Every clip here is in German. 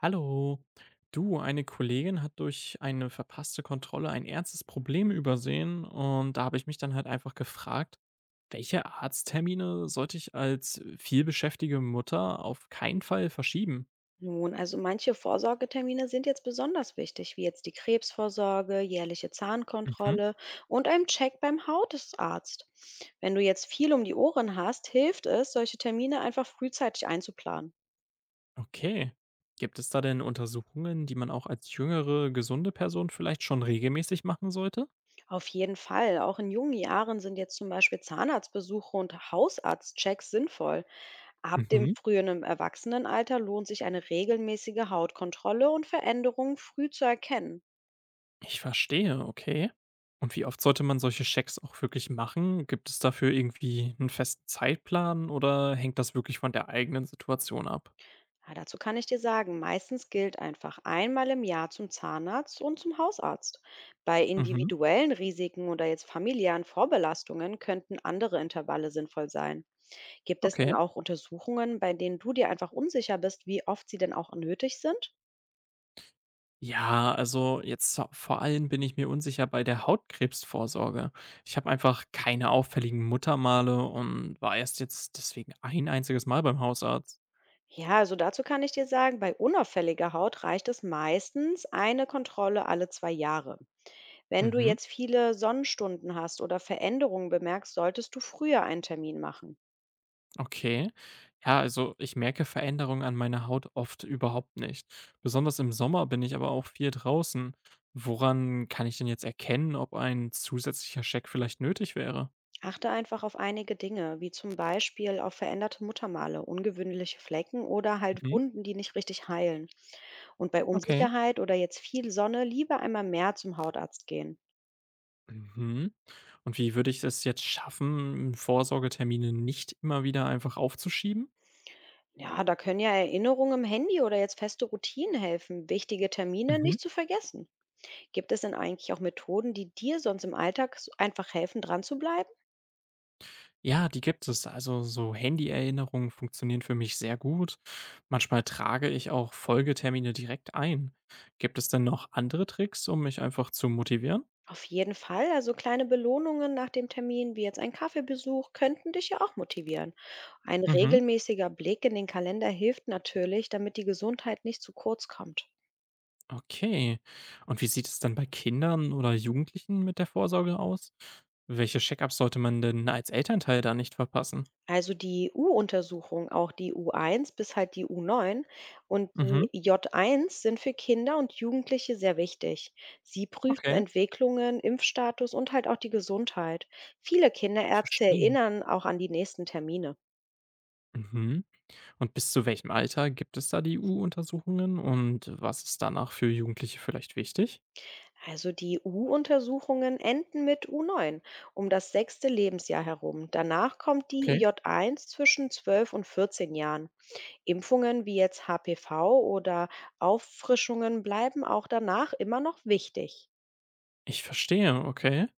Hallo. Du, eine Kollegin hat durch eine verpasste Kontrolle ein ernstes Problem übersehen, und da habe ich mich dann halt einfach gefragt, welche Arzttermine sollte ich als vielbeschäftigte Mutter auf keinen Fall verschieben? Nun, also manche Vorsorgetermine sind jetzt besonders wichtig, wie jetzt die Krebsvorsorge, jährliche Mhm. Zahnkontrolle und ein Check beim Hautarzt. Wenn du jetzt viel um die Ohren hast, hilft es, solche Termine einfach frühzeitig einzuplanen. Okay. Gibt es da denn Untersuchungen, die man auch als jüngere, gesunde Person vielleicht schon regelmäßig machen sollte? Auf jeden Fall, auch in jungen Jahren sind jetzt zum Beispiel Zahnarztbesuche und Hausarztchecks sinnvoll. Ab dem Mhm. frühen Erwachsenenalter lohnt sich eine regelmäßige Hautkontrolle und Veränderungen früh zu erkennen. Ich verstehe, okay. Und wie oft sollte man solche Schecks auch wirklich machen? Gibt es dafür irgendwie einen festen Zeitplan, oder hängt das wirklich von der eigenen Situation ab? Ja, dazu kann ich dir sagen, meistens gilt einfach einmal im Jahr zum Zahnarzt und zum Hausarzt. Bei Mhm, individuellen Risiken oder jetzt familiären Vorbelastungen könnten andere Intervalle sinnvoll sein. Gibt es denn okay. auch Untersuchungen, bei denen du dir einfach unsicher bist, wie oft sie denn auch nötig sind? Ja, also jetzt v vor allem bin ich mir unsicher bei der Hautkrebsvorsorge. Ich habe einfach keine auffälligen Muttermale und war erst jetzt deswegen ein einziges Mal beim Hausarzt. Ja, also dazu kann ich dir sagen, bei unauffälliger Haut reicht es meistens eine Kontrolle alle zwei Jahre. Wenn du Mhm. jetzt viele Sonnenstunden hast oder Veränderungen bemerkst, solltest du früher einen Termin machen. Okay. Ja, also ich merke Veränderungen an meiner Haut oft überhaupt nicht. Besonders im Sommer bin ich aber auch viel draußen. Woran kann ich denn jetzt erkennen, ob ein zusätzlicher Check vielleicht nötig wäre? Achte einfach auf einige Dinge, wie zum Beispiel auf veränderte Muttermale, ungewöhnliche Flecken oder halt Mhm. Wunden, die nicht richtig heilen. Und bei Okay. Unsicherheit oder jetzt viel Sonne lieber einmal mehr zum Hautarzt gehen. Mhm. Und wie würde ich es jetzt schaffen, Vorsorgetermine nicht immer wieder einfach aufzuschieben? Ja, da können ja Erinnerungen im Handy oder jetzt feste Routinen helfen, wichtige Termine Mhm. nicht zu vergessen. Gibt es denn eigentlich auch Methoden, die dir sonst im Alltag so einfach helfen, dran zu bleiben? Ja, die gibt es. Also so Handy-Erinnerungen funktionieren für mich sehr gut. Manchmal trage ich auch Folgetermine direkt ein. Gibt es denn noch andere Tricks, um mich einfach zu motivieren? Auf jeden Fall. Also kleine Belohnungen nach dem Termin, wie jetzt ein Kaffeebesuch, könnten dich ja auch motivieren. Ein Mhm. regelmäßiger Blick in den Kalender hilft natürlich, damit die Gesundheit nicht zu kurz kommt. Okay. Und wie sieht es dann bei Kindern oder Jugendlichen mit der Vorsorge aus? Welche Check-ups sollte man denn als Elternteil da nicht verpassen? Also die U-Untersuchung, auch die U1 bis halt die U9 und Mhm. die J1 sind für Kinder und Jugendliche sehr wichtig. Sie prüfen Okay. Entwicklungen, Impfstatus und halt auch die Gesundheit. Viele Ich Kinderärzte verstehe. erinnern auch an die nächsten Termine. Mhm. Und bis zu welchem Alter gibt es da die U-Untersuchungen, und was ist danach für Jugendliche vielleicht wichtig? Also die U-Untersuchungen enden mit U9 um das sechste Lebensjahr herum. Danach kommt die Okay. J1 zwischen 12 und 14 Jahren. Impfungen wie jetzt HPV oder Auffrischungen bleiben auch danach immer noch wichtig. Ich verstehe, okay.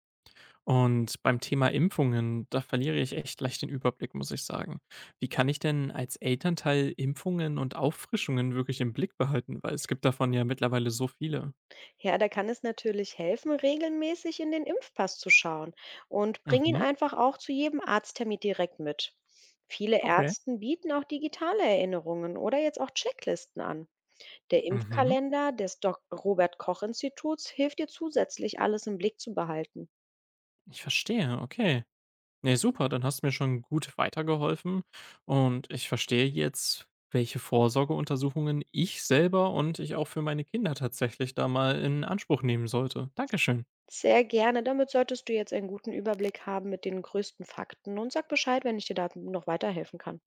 Und beim Thema Impfungen, da verliere ich echt leicht den Überblick, muss ich sagen. Wie kann ich denn als Elternteil Impfungen und Auffrischungen wirklich im Blick behalten? Weil es gibt davon ja mittlerweile so viele. Ja, da kann es natürlich helfen, regelmäßig in den Impfpass zu schauen, und bring ihn Mhm, einfach auch zu jedem Arzttermin direkt mit. Viele okay. Ärzten bieten auch digitale Erinnerungen oder jetzt auch Checklisten an. Der Mhm. Impfkalender des Dok Robert-Koch-Instituts hilft dir zusätzlich, alles im Blick zu behalten. Ich verstehe, okay. Nee, super, dann hast du mir schon gut weitergeholfen, und ich verstehe jetzt, welche Vorsorgeuntersuchungen ich selber und ich auch für meine Kinder tatsächlich da mal in Anspruch nehmen sollte. Dankeschön. Sehr gerne. Damit solltest du jetzt einen guten Überblick haben mit den größten Fakten, und sag Bescheid, wenn ich dir da noch weiterhelfen kann.